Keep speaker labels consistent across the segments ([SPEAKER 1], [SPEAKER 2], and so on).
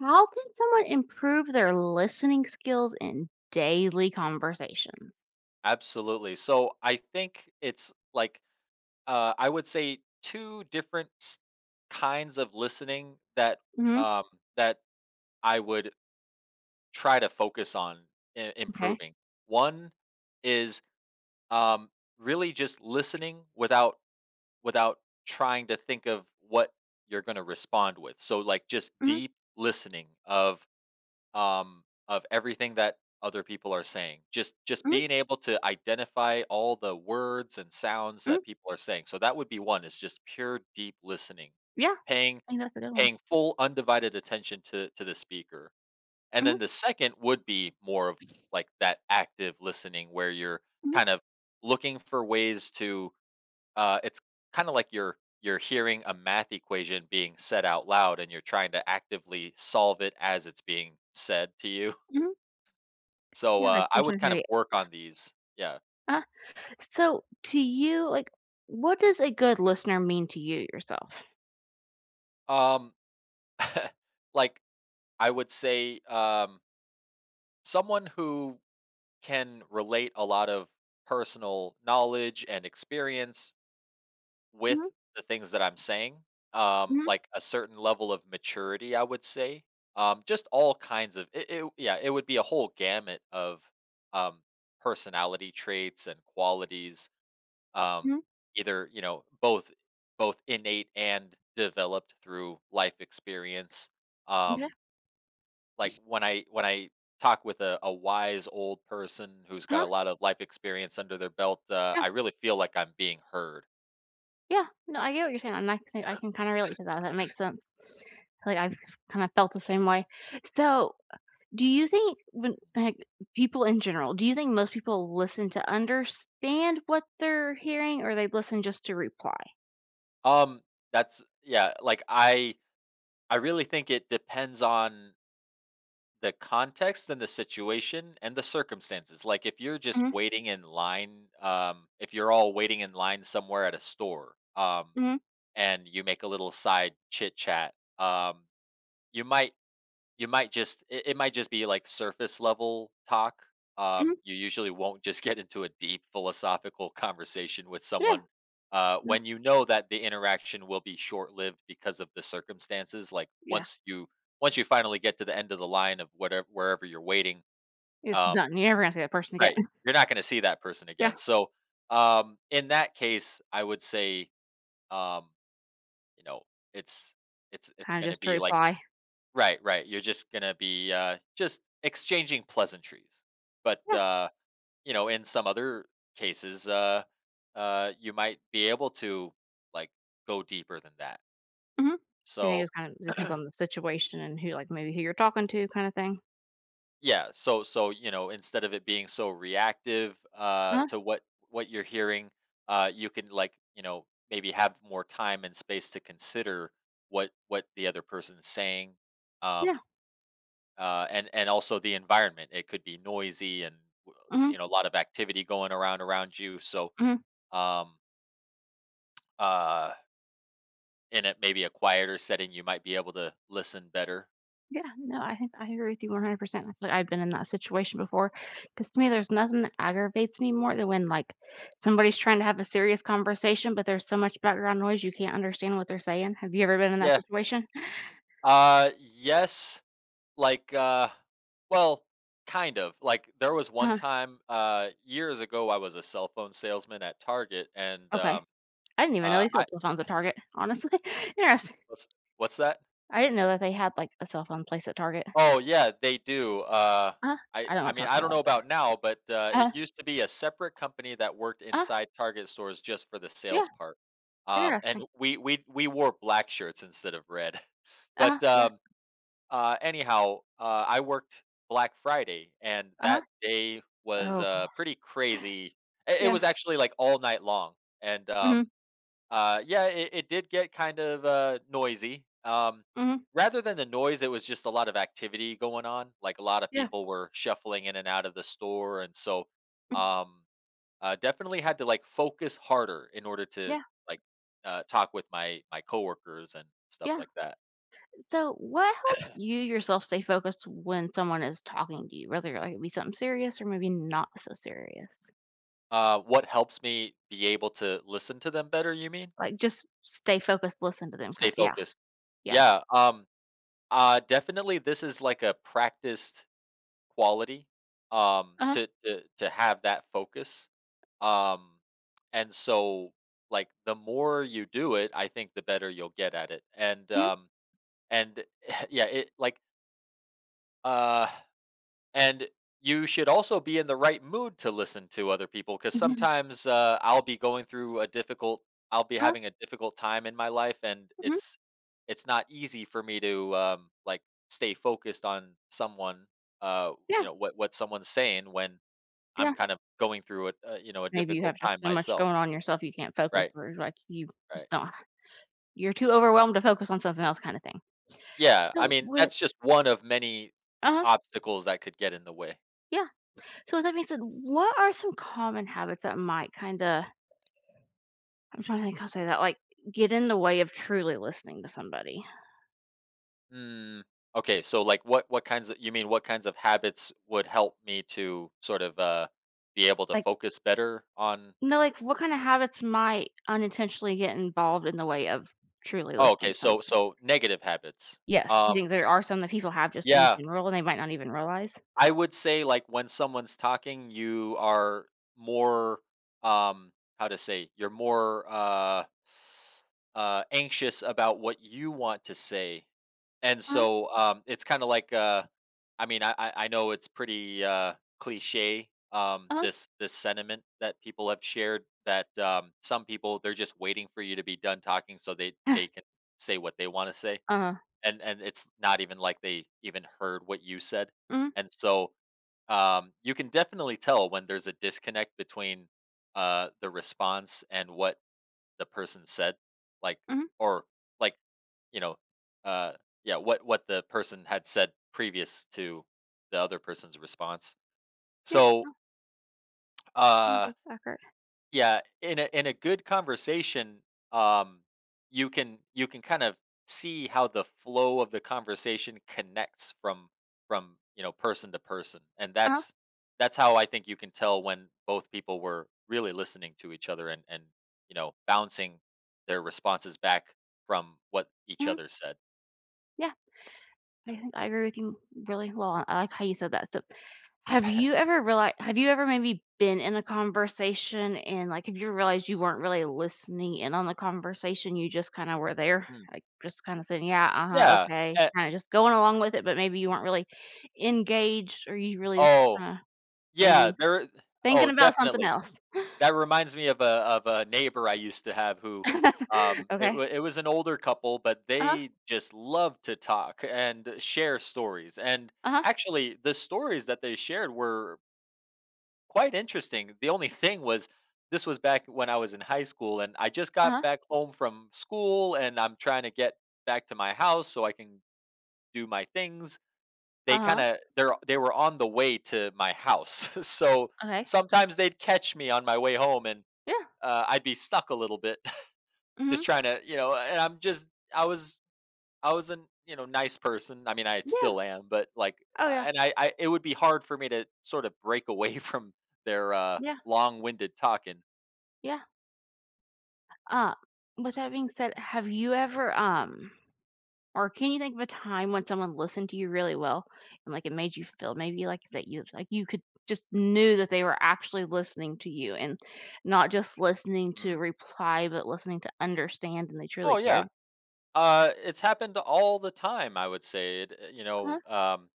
[SPEAKER 1] How can someone improve their listening skills in daily conversations?
[SPEAKER 2] Absolutely. So I think it's like I would say two different kinds of listening
[SPEAKER 1] Mhm,
[SPEAKER 2] um, that I would try to focus on
[SPEAKER 1] okay.
[SPEAKER 2] improving. One is um, really just listening without trying to think of what you're going to respond with. So like just
[SPEAKER 1] Mhm,
[SPEAKER 2] deep listening of everything that other people are saying. Just
[SPEAKER 1] mhm,
[SPEAKER 2] being able to identify all the words and sounds
[SPEAKER 1] mhm.
[SPEAKER 2] that people are saying. So that would be one is just pure deep listening,
[SPEAKER 1] Yeah,
[SPEAKER 2] paying
[SPEAKER 1] I think that's a good one.
[SPEAKER 2] paying full undivided attention to the speaker. And
[SPEAKER 1] Mhm,
[SPEAKER 2] then the second would be more of like that active listening where you're
[SPEAKER 1] mhm,
[SPEAKER 2] kind of looking for ways to it's kind of like you're hearing a math equation being said out loud and you're trying to actively solve it as it's being said to you,
[SPEAKER 1] mhm.
[SPEAKER 2] so
[SPEAKER 1] Yeah, like
[SPEAKER 2] I would
[SPEAKER 1] sometimes
[SPEAKER 2] kind of
[SPEAKER 1] maybe
[SPEAKER 2] work on these. Yeah.
[SPEAKER 1] uh, so to you, like, what does a good listener mean to you yourself?
[SPEAKER 2] Um, like I would say, someone who can relate a lot of personal knowledge and experience
[SPEAKER 1] Mhm,
[SPEAKER 2] with the things that I'm saying,
[SPEAKER 1] mhm,
[SPEAKER 2] like a certain level of maturity, I would say. Just all kinds of yeah, it would be a whole gamut of um, personality traits and qualities, um,
[SPEAKER 1] mhm.
[SPEAKER 2] either you know both innate and developed through life experience,
[SPEAKER 1] Yeah,
[SPEAKER 2] um, like when I talk with a wise old person who's got
[SPEAKER 1] huh,
[SPEAKER 2] a lot of life experience under their belt uh,
[SPEAKER 1] yeah,
[SPEAKER 2] i really feel like I'm being heard.
[SPEAKER 1] yeah. No, I get what you're saying, and I can kinda relate to that, that makes sense. Like, I've kind of felt the same way. So, do you think when, like, people in general, do you think most people listen to understand what they're hearing or they listen just to reply?
[SPEAKER 2] um that's, yeah, like I really think it depends on the context and the situation and the circumstances. Like if you're just
[SPEAKER 1] Mhm,
[SPEAKER 2] waiting in line, if you're all waiting in line somewhere at a store,
[SPEAKER 1] mhm,
[SPEAKER 2] and you make a little side chit chat. You might you might just, it might just be like surface level talk.
[SPEAKER 1] mhm,
[SPEAKER 2] You usually won't just get into a deep philosophical conversation with
[SPEAKER 1] yeah,
[SPEAKER 2] someone
[SPEAKER 1] no,
[SPEAKER 2] when you know that the interaction will be short lived because of the circumstances. Like
[SPEAKER 1] yeah,
[SPEAKER 2] once you, finally get to the end of the line of whatever wherever you're waiting,
[SPEAKER 1] it's
[SPEAKER 2] um,
[SPEAKER 1] done. You're never gonna see that person again.
[SPEAKER 2] right? You're not going to see that person
[SPEAKER 1] Yeah,
[SPEAKER 2] again. So, in that case, I would say, um, you know, it's,
[SPEAKER 1] kinda
[SPEAKER 2] gonna
[SPEAKER 1] just to
[SPEAKER 2] be like
[SPEAKER 1] reply.
[SPEAKER 2] right, right. You're just gonna be just exchanging pleasantries, but
[SPEAKER 1] Yeah,
[SPEAKER 2] you know, in some other cases, you might be able to like go deeper than that.
[SPEAKER 1] mhm. So, I think it
[SPEAKER 2] So
[SPEAKER 1] just kind of depends on the situation and who, like, maybe who you're talking to kinda thing.
[SPEAKER 2] yeah, so so you know, instead of it being so reactive
[SPEAKER 1] uh
[SPEAKER 2] to what you're hearing, you can, like, you know, maybe have more time and space to consider what the other person's saying. Um,
[SPEAKER 1] yeah,
[SPEAKER 2] and also the environment. It could be noisy and w-
[SPEAKER 1] mhm,
[SPEAKER 2] you know a lot of activity going around you. So
[SPEAKER 1] mhm.
[SPEAKER 2] um, uh, in it maybe a quieter setting, you might be able to listen better.
[SPEAKER 1] Yeah, no, I think I agree with you 100%. I feel like I've been in that situation before because to me, there's nothing that aggravates me more than when like somebody's trying to have a serious conversation, but there's so much background noise you can't understand what they're saying. Have you ever been in that
[SPEAKER 2] Yeah.
[SPEAKER 1] situation?
[SPEAKER 2] Yes. Like well, kind of. Like there was one
[SPEAKER 1] Uh,
[SPEAKER 2] time years ago, I was a cell phone salesman at Target, and
[SPEAKER 1] okay, I didn't even know they
[SPEAKER 2] I
[SPEAKER 1] sold cell phones at Target. Honestly, interesting.
[SPEAKER 2] what's what's that?
[SPEAKER 1] I didn't know that they had like a cell phone place at Target.
[SPEAKER 2] Oh yeah, they do.
[SPEAKER 1] Uh,
[SPEAKER 2] I
[SPEAKER 1] I don't know
[SPEAKER 2] I mean
[SPEAKER 1] Target
[SPEAKER 2] I
[SPEAKER 1] a
[SPEAKER 2] don't
[SPEAKER 1] lot,
[SPEAKER 2] know
[SPEAKER 1] but
[SPEAKER 2] about now, but
[SPEAKER 1] uh,
[SPEAKER 2] it used to be a separate company that worked
[SPEAKER 1] uh,
[SPEAKER 2] inside Target stores just for the
[SPEAKER 1] yeah,
[SPEAKER 2] sales part. And
[SPEAKER 1] interesting.
[SPEAKER 2] we wore black shirts instead of red. But
[SPEAKER 1] Yeah,
[SPEAKER 2] anyhow, I worked Black Friday, and
[SPEAKER 1] uh huh.
[SPEAKER 2] that day was
[SPEAKER 1] Oh god,
[SPEAKER 2] pretty crazy. It was
[SPEAKER 1] yeah.
[SPEAKER 2] actually like all night long, and
[SPEAKER 1] Mm-hmm,
[SPEAKER 2] yeah, it did get kind of noisy.
[SPEAKER 1] mm-hmm,
[SPEAKER 2] Rather than the noise, it was just a lot of activity going on. Like a lot of
[SPEAKER 1] yeah,
[SPEAKER 2] people were shuffling in and out of the store, and so
[SPEAKER 1] mhm,
[SPEAKER 2] um, definitely had to like focus harder in order to,
[SPEAKER 1] yeah,
[SPEAKER 2] like, talk with my coworkers and stuff
[SPEAKER 1] yeah.
[SPEAKER 2] like that.
[SPEAKER 1] So, what helped you yourself stay focused when someone is talking to you, whether like it be something serious or maybe not so serious?
[SPEAKER 2] What helps me be able to listen to them better? You mean
[SPEAKER 1] Like just stay focused, listen to them, kind
[SPEAKER 2] stay
[SPEAKER 1] of. Yeah,
[SPEAKER 2] focused?
[SPEAKER 1] yeah.
[SPEAKER 2] Yeah. Definitely, this is like a practiced quality,
[SPEAKER 1] Uh huh.
[SPEAKER 2] to, have that focus, um, and so, like, the more you do it, I think the better you'll get at it, and,
[SPEAKER 1] Mhm.
[SPEAKER 2] um, and yeah, uh and you should also be in the right mood to listen to other people because sometimes I'll be
[SPEAKER 1] Uh huh.
[SPEAKER 2] having a difficult time in my life, and it's not easy for me to, like, stay focused on someone, you
[SPEAKER 1] Yeah,
[SPEAKER 2] know, what someone's saying when I'm
[SPEAKER 1] yeah.
[SPEAKER 2] kind of going through a you know a
[SPEAKER 1] Maybe you
[SPEAKER 2] difficult
[SPEAKER 1] have just
[SPEAKER 2] time
[SPEAKER 1] so much
[SPEAKER 2] myself.
[SPEAKER 1] going on yourself you can't focus,
[SPEAKER 2] Right,
[SPEAKER 1] or like you
[SPEAKER 2] right.
[SPEAKER 1] just don't. You're too overwhelmed to focus on something else, kind of thing.
[SPEAKER 2] Yeah, I
[SPEAKER 1] So
[SPEAKER 2] mean
[SPEAKER 1] with
[SPEAKER 2] that's just one of many
[SPEAKER 1] uh huh.
[SPEAKER 2] obstacles that could get in the way.
[SPEAKER 1] Yeah. So with that being said, what are some common habits that might kind of I'm trying to think how to say that like get in the way of truly listening to somebody?
[SPEAKER 2] Mm, okay, so like what kinds of you mean what kinds of habits would help me to sort of be able to
[SPEAKER 1] Like,
[SPEAKER 2] focus better on.
[SPEAKER 1] no, like, what kinda habits might unintentionally get involved in the way of truly
[SPEAKER 2] Oh,
[SPEAKER 1] listening
[SPEAKER 2] okay.
[SPEAKER 1] to
[SPEAKER 2] So
[SPEAKER 1] somebody?
[SPEAKER 2] so negative habits.
[SPEAKER 1] Yes, you
[SPEAKER 2] Um
[SPEAKER 1] think there are some that people have just in
[SPEAKER 2] yeah,
[SPEAKER 1] general, and they might not even realize?
[SPEAKER 2] I would say, like, when someone's talking, you are more, um, how to say, you're more, anxious about what you want to say. And
[SPEAKER 1] Uh-huh,
[SPEAKER 2] so, it's kinda like, I mean, I know it's pretty, cliche,
[SPEAKER 1] uh-huh,
[SPEAKER 2] this sentiment that people have shared, that, some people, they're just waiting for you to be done talking so they can say what they wanna say,
[SPEAKER 1] uh-huh,
[SPEAKER 2] and it's not even like they even heard what you said.
[SPEAKER 1] mhm,
[SPEAKER 2] And so, you can definitely tell when there's a disconnect between the response and what the person said, like,
[SPEAKER 1] mhm,
[SPEAKER 2] or like, you know, uh, yeah, what the person had said previous to the other person's response.
[SPEAKER 1] yeah,
[SPEAKER 2] So,
[SPEAKER 1] no, I think
[SPEAKER 2] uh,
[SPEAKER 1] that's accurate.
[SPEAKER 2] yeah, in a good conversation, um, you can kind of see how the flow of the conversation connects from person to person, and
[SPEAKER 1] Uh-huh,
[SPEAKER 2] that's how I think you can tell when both people were really listening to each other and bouncing their responses back from what each
[SPEAKER 1] mhm,
[SPEAKER 2] other said.
[SPEAKER 1] yeah, I think I agree with you really well, I like how you said that, so have you ever realized, have you ever maybe been in a conversation and, like, have you realized you weren't really listening in on the conversation, you just kinda were there?
[SPEAKER 2] Mm.
[SPEAKER 1] Like, just kinda saying, "Yeah, uh-huh,
[SPEAKER 2] Yeah.
[SPEAKER 1] okay,"
[SPEAKER 2] eh,
[SPEAKER 1] kinda just going along with it, but maybe you weren't really engaged or you really just
[SPEAKER 2] oh,
[SPEAKER 1] kinda
[SPEAKER 2] yeah.
[SPEAKER 1] maybe
[SPEAKER 2] There.
[SPEAKER 1] thinking
[SPEAKER 2] Oh,
[SPEAKER 1] about something
[SPEAKER 2] definitely.
[SPEAKER 1] else.
[SPEAKER 2] That reminds me of a neighbor I used to have who, it
[SPEAKER 1] Okay.
[SPEAKER 2] wa it was an older couple, but
[SPEAKER 1] Uh-huh,
[SPEAKER 2] they just loved to talk and share stories, and
[SPEAKER 1] uh-huh,
[SPEAKER 2] actually, the stories that they shared were quite interesting. The only thing was this was back when I was in high school, and I just got
[SPEAKER 1] uh-huh,
[SPEAKER 2] back home from school, and I'm trying to get back to my house so I can do my things. They
[SPEAKER 1] uh-huh,
[SPEAKER 2] kinda they're they were on the way to my house, so
[SPEAKER 1] okay.
[SPEAKER 2] sometimes they'd catch me on my way home, and
[SPEAKER 1] Yeah,
[SPEAKER 2] I'd be stuck a little bit.
[SPEAKER 1] mhm,
[SPEAKER 2] Just trying to, and I'm just, I was I was a, nice person. I mean, I
[SPEAKER 1] yeah.
[SPEAKER 2] still am, but like,
[SPEAKER 1] Oh, yeah,
[SPEAKER 2] and I it would be hard for me to sort of break away from their
[SPEAKER 1] yeah,
[SPEAKER 2] long-winded talking.
[SPEAKER 1] yeah. Uh, with that being said, have you ever, or can you think of a time when someone listened to you really well and, like, it made you feel maybe like that you, like, you could just knew that they were actually listening to you and not just listening to
[SPEAKER 2] Mm.
[SPEAKER 1] reply, but listening to understand and they
[SPEAKER 2] Oh
[SPEAKER 1] truly
[SPEAKER 2] yeah,
[SPEAKER 1] cared?
[SPEAKER 2] it's happened all the time. I would say, it, you
[SPEAKER 1] Uh-huh.
[SPEAKER 2] know,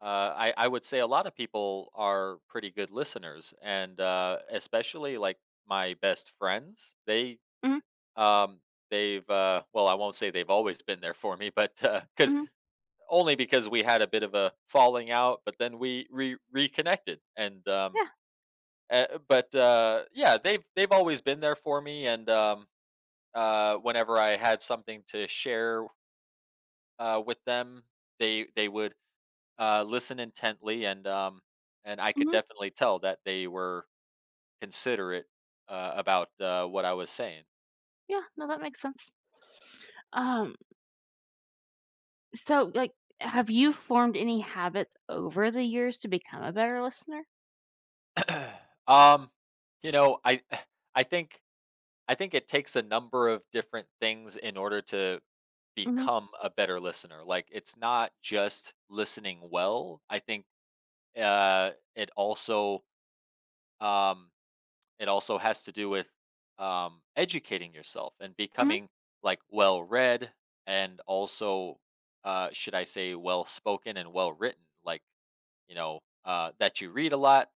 [SPEAKER 2] I would say a lot of people are pretty good listeners, and especially like my best friends,
[SPEAKER 1] Mhm,
[SPEAKER 2] Um, they've, well, I won't say they've always been there for me, but because
[SPEAKER 1] mhm.
[SPEAKER 2] only because we had a bit of a falling out, but then we reconnected, and um,
[SPEAKER 1] Yeah.
[SPEAKER 2] uh, but uh, yeah, they've always been there for me, and whenever I had something to share with them, they would, listen intently, and I could
[SPEAKER 1] Mhm.
[SPEAKER 2] definitely tell that they were considerate, about, what I was saying.
[SPEAKER 1] Yeah. No, that makes sense. Um, so, like, have you formed any habits over the years to become a better listener?
[SPEAKER 2] um, you know, I I think I think it takes a number of different things in order to
[SPEAKER 1] Mhm.
[SPEAKER 2] become a better listener. Like it's not just listening well. I think uh, it also um, it also has to do with, educating yourself and
[SPEAKER 1] Mhm.
[SPEAKER 2] becoming, like, well read and also, should I say, well spoken and well written. Like, that you read a lot,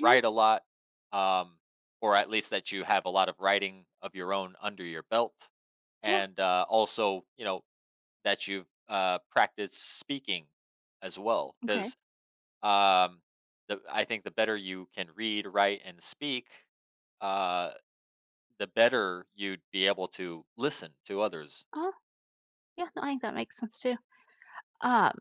[SPEAKER 1] Mhm.
[SPEAKER 2] write a lot, um, or at least that you have a lot of writing of your own under your belt,
[SPEAKER 1] Yeah.
[SPEAKER 2] and also, that you've practiced speaking as well,
[SPEAKER 1] Okay.
[SPEAKER 2] because, um, I think the better you can read, write, and speak, uh, the better you'd be able to listen to others.
[SPEAKER 1] uh Yeah. No, I think that makes sense too. Uh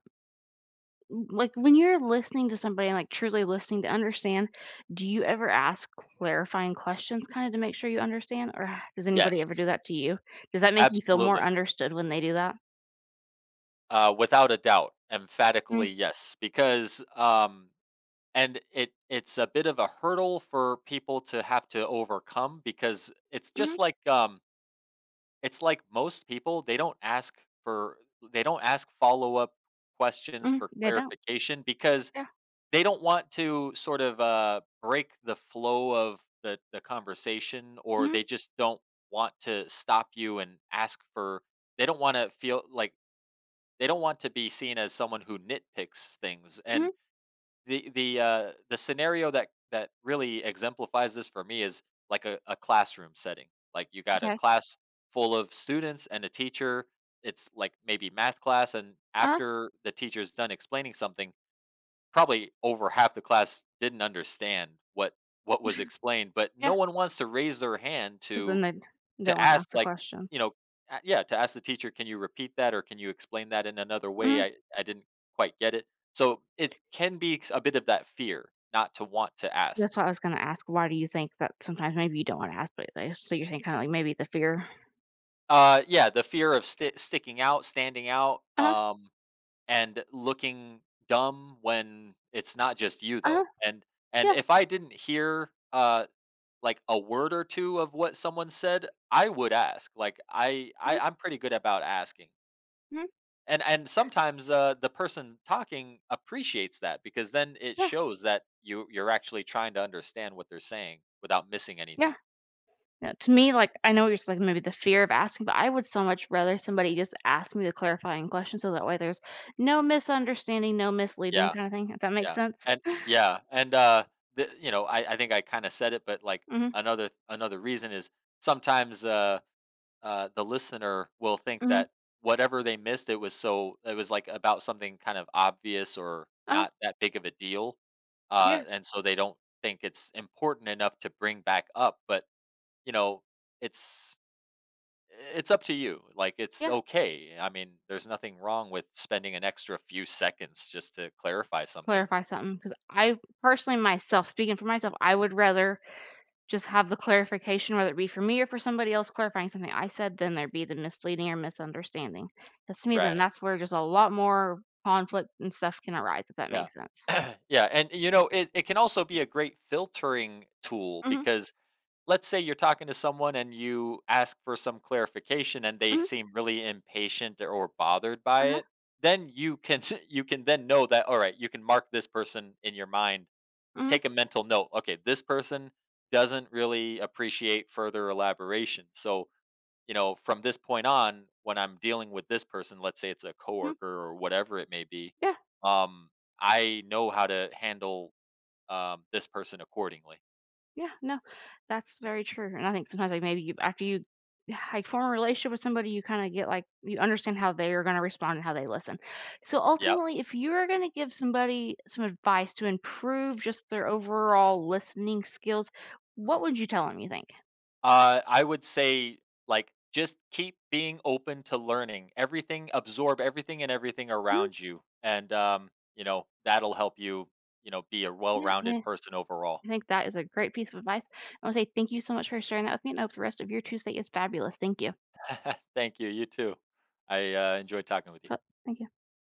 [SPEAKER 1] like, when you're listening to somebody and, like, truly listening to understand, do you
[SPEAKER 2] Mhm.
[SPEAKER 1] ever ask clarifying questions kinda to make sure you understand, or h does anybody
[SPEAKER 2] Yes,
[SPEAKER 1] ever do that to you? Does that make you feel more
[SPEAKER 2] absolutely.
[SPEAKER 1] understood when they do that?
[SPEAKER 2] Without a doubt,
[SPEAKER 1] Mm,
[SPEAKER 2] emphatically yes, because, and it's a bit of a hurdle for people to have to overcome, because it's
[SPEAKER 1] mhm,
[SPEAKER 2] just like, it's like most people, they don't ask for, they don't ask follow-up questions
[SPEAKER 1] mhm,
[SPEAKER 2] for
[SPEAKER 1] they don't.
[SPEAKER 2] clarification, because
[SPEAKER 1] Yeah.
[SPEAKER 2] they don't want to sort of, break the flow of the conversation, or
[SPEAKER 1] Mhm,
[SPEAKER 2] they just don't want to stop you and ask for they don't wanna feel like they don't want to be seen as someone who nitpicks things, and
[SPEAKER 1] mhm,
[SPEAKER 2] the scenario that really exemplifies this for me is like a classroom setting. Like, you got a
[SPEAKER 1] okay.
[SPEAKER 2] class full of students and a teacher. It's like maybe math class, and
[SPEAKER 1] Uh-huh,
[SPEAKER 2] after the teacher's done explaining something, probably over half the class didn't understand what was explained, but
[SPEAKER 1] yeah.
[SPEAKER 2] no one wants to raise their hand
[SPEAKER 1] Because then they'd they do
[SPEAKER 2] to
[SPEAKER 1] wanna
[SPEAKER 2] ask,
[SPEAKER 1] ask the
[SPEAKER 2] like, you
[SPEAKER 1] questions.
[SPEAKER 2] know yeah, to ask the teacher, "Can you repeat that, or can you explain that in another way?
[SPEAKER 1] Mhm.
[SPEAKER 2] I didn't quite get it." So, it can be a bit of that fear, not to want to ask.
[SPEAKER 1] That's what I was gonna ask, why do you think that sometimes maybe you don't wanna ask, but they so you're saying kinda like maybe the fear?
[SPEAKER 2] Yeah, the fear of sticking out, standing out,
[SPEAKER 1] Uh-huh,
[SPEAKER 2] and looking dumb, when it's not just you,
[SPEAKER 1] uh-huh,
[SPEAKER 2] though, and
[SPEAKER 1] yeah.
[SPEAKER 2] if I didn't hear, like, a word or two of what someone said, I would ask, like,
[SPEAKER 1] Mm,
[SPEAKER 2] I'm pretty good about asking.
[SPEAKER 1] mhm,
[SPEAKER 2] And sometimes the person talking appreciates that, because then it
[SPEAKER 1] yeah,
[SPEAKER 2] shows that you're actually trying to understand what they're saying without missing
[SPEAKER 1] yeah.
[SPEAKER 2] anything.
[SPEAKER 1] Yeah, to me, like, I know you're just like maybe the fear of asking, but I would so much rather somebody just ask me the clarifying question so that way there's no misunderstanding, no misleading
[SPEAKER 2] Yeah,
[SPEAKER 1] kind of thing, if that makes
[SPEAKER 2] yeah,
[SPEAKER 1] sense.
[SPEAKER 2] and yeah, and you know, I think I kind of said it, but like,
[SPEAKER 1] Mhm,
[SPEAKER 2] another reason is sometimes, the listener will think
[SPEAKER 1] mhm.
[SPEAKER 2] that whatever they missed, it was so, it was like about something kind of obvious or
[SPEAKER 1] Uh-huh.
[SPEAKER 2] not that big of a deal,
[SPEAKER 1] Yeah,
[SPEAKER 2] and so they don't think it's important enough to bring back up, but you know, it's it's up to you. Like it's
[SPEAKER 1] yeah.
[SPEAKER 2] okay. I mean, there's nothing wrong with spending an extra few seconds just to clarify something.
[SPEAKER 1] Clarify something, because I personally myself, speaking for myself, I would rather just have the clarification, whether it be for me or for somebody else clarifying something I said, than there be the misleading or misunderstanding. Because to me, then
[SPEAKER 2] Right.
[SPEAKER 1] that's where just a lot more conflict and stuff can arise, if that
[SPEAKER 2] Yeah.
[SPEAKER 1] makes sense.
[SPEAKER 2] yeah, and you know, it can also be a great filtering tool,
[SPEAKER 1] Mhm,
[SPEAKER 2] because let's say you're talking to someone and you ask for some clarification, and they
[SPEAKER 1] mhm,
[SPEAKER 2] seem really impatient or bothered by
[SPEAKER 1] uh-huh,
[SPEAKER 2] it, then you can you can then know that, all right, you can mark this person in your mind.
[SPEAKER 1] mhm,
[SPEAKER 2] Take a mental note. Okay, this person doesn't really appreciate further elaboration. So, from this point on, when I'm dealing with this person, let's say it's a
[SPEAKER 1] mhm,
[SPEAKER 2] coworker or whatever it may be,
[SPEAKER 1] yeah.
[SPEAKER 2] um, I know how to handle, this person accordingly.
[SPEAKER 1] Yeah, no, that's very true, and I think sometimes, like, maybe you after you like, form a relationship with somebody, you kinda get, like you understand how they are gonna respond and how they listen. So,
[SPEAKER 2] Yep.
[SPEAKER 1] ultimately, if you are gonna give somebody some advice to improve just their overall listening skills, what
[SPEAKER 2] hmm
[SPEAKER 1] would you tell them, you think?
[SPEAKER 2] I would say, like, just keep being open to learning everything, absorb everything and everything
[SPEAKER 1] Mm,
[SPEAKER 2] around you, and that'll help you, be a
[SPEAKER 1] yeah. Yeah,
[SPEAKER 2] well-rounded person overall.
[SPEAKER 1] I think that is a great piece of advice. I wanna say thank you so much for sharing that with me, and I hope the rest of your Tuesday is fabulous. Thank you.
[SPEAKER 2] Thank you. You too. I enjoyed talking with you.
[SPEAKER 1] But thank you.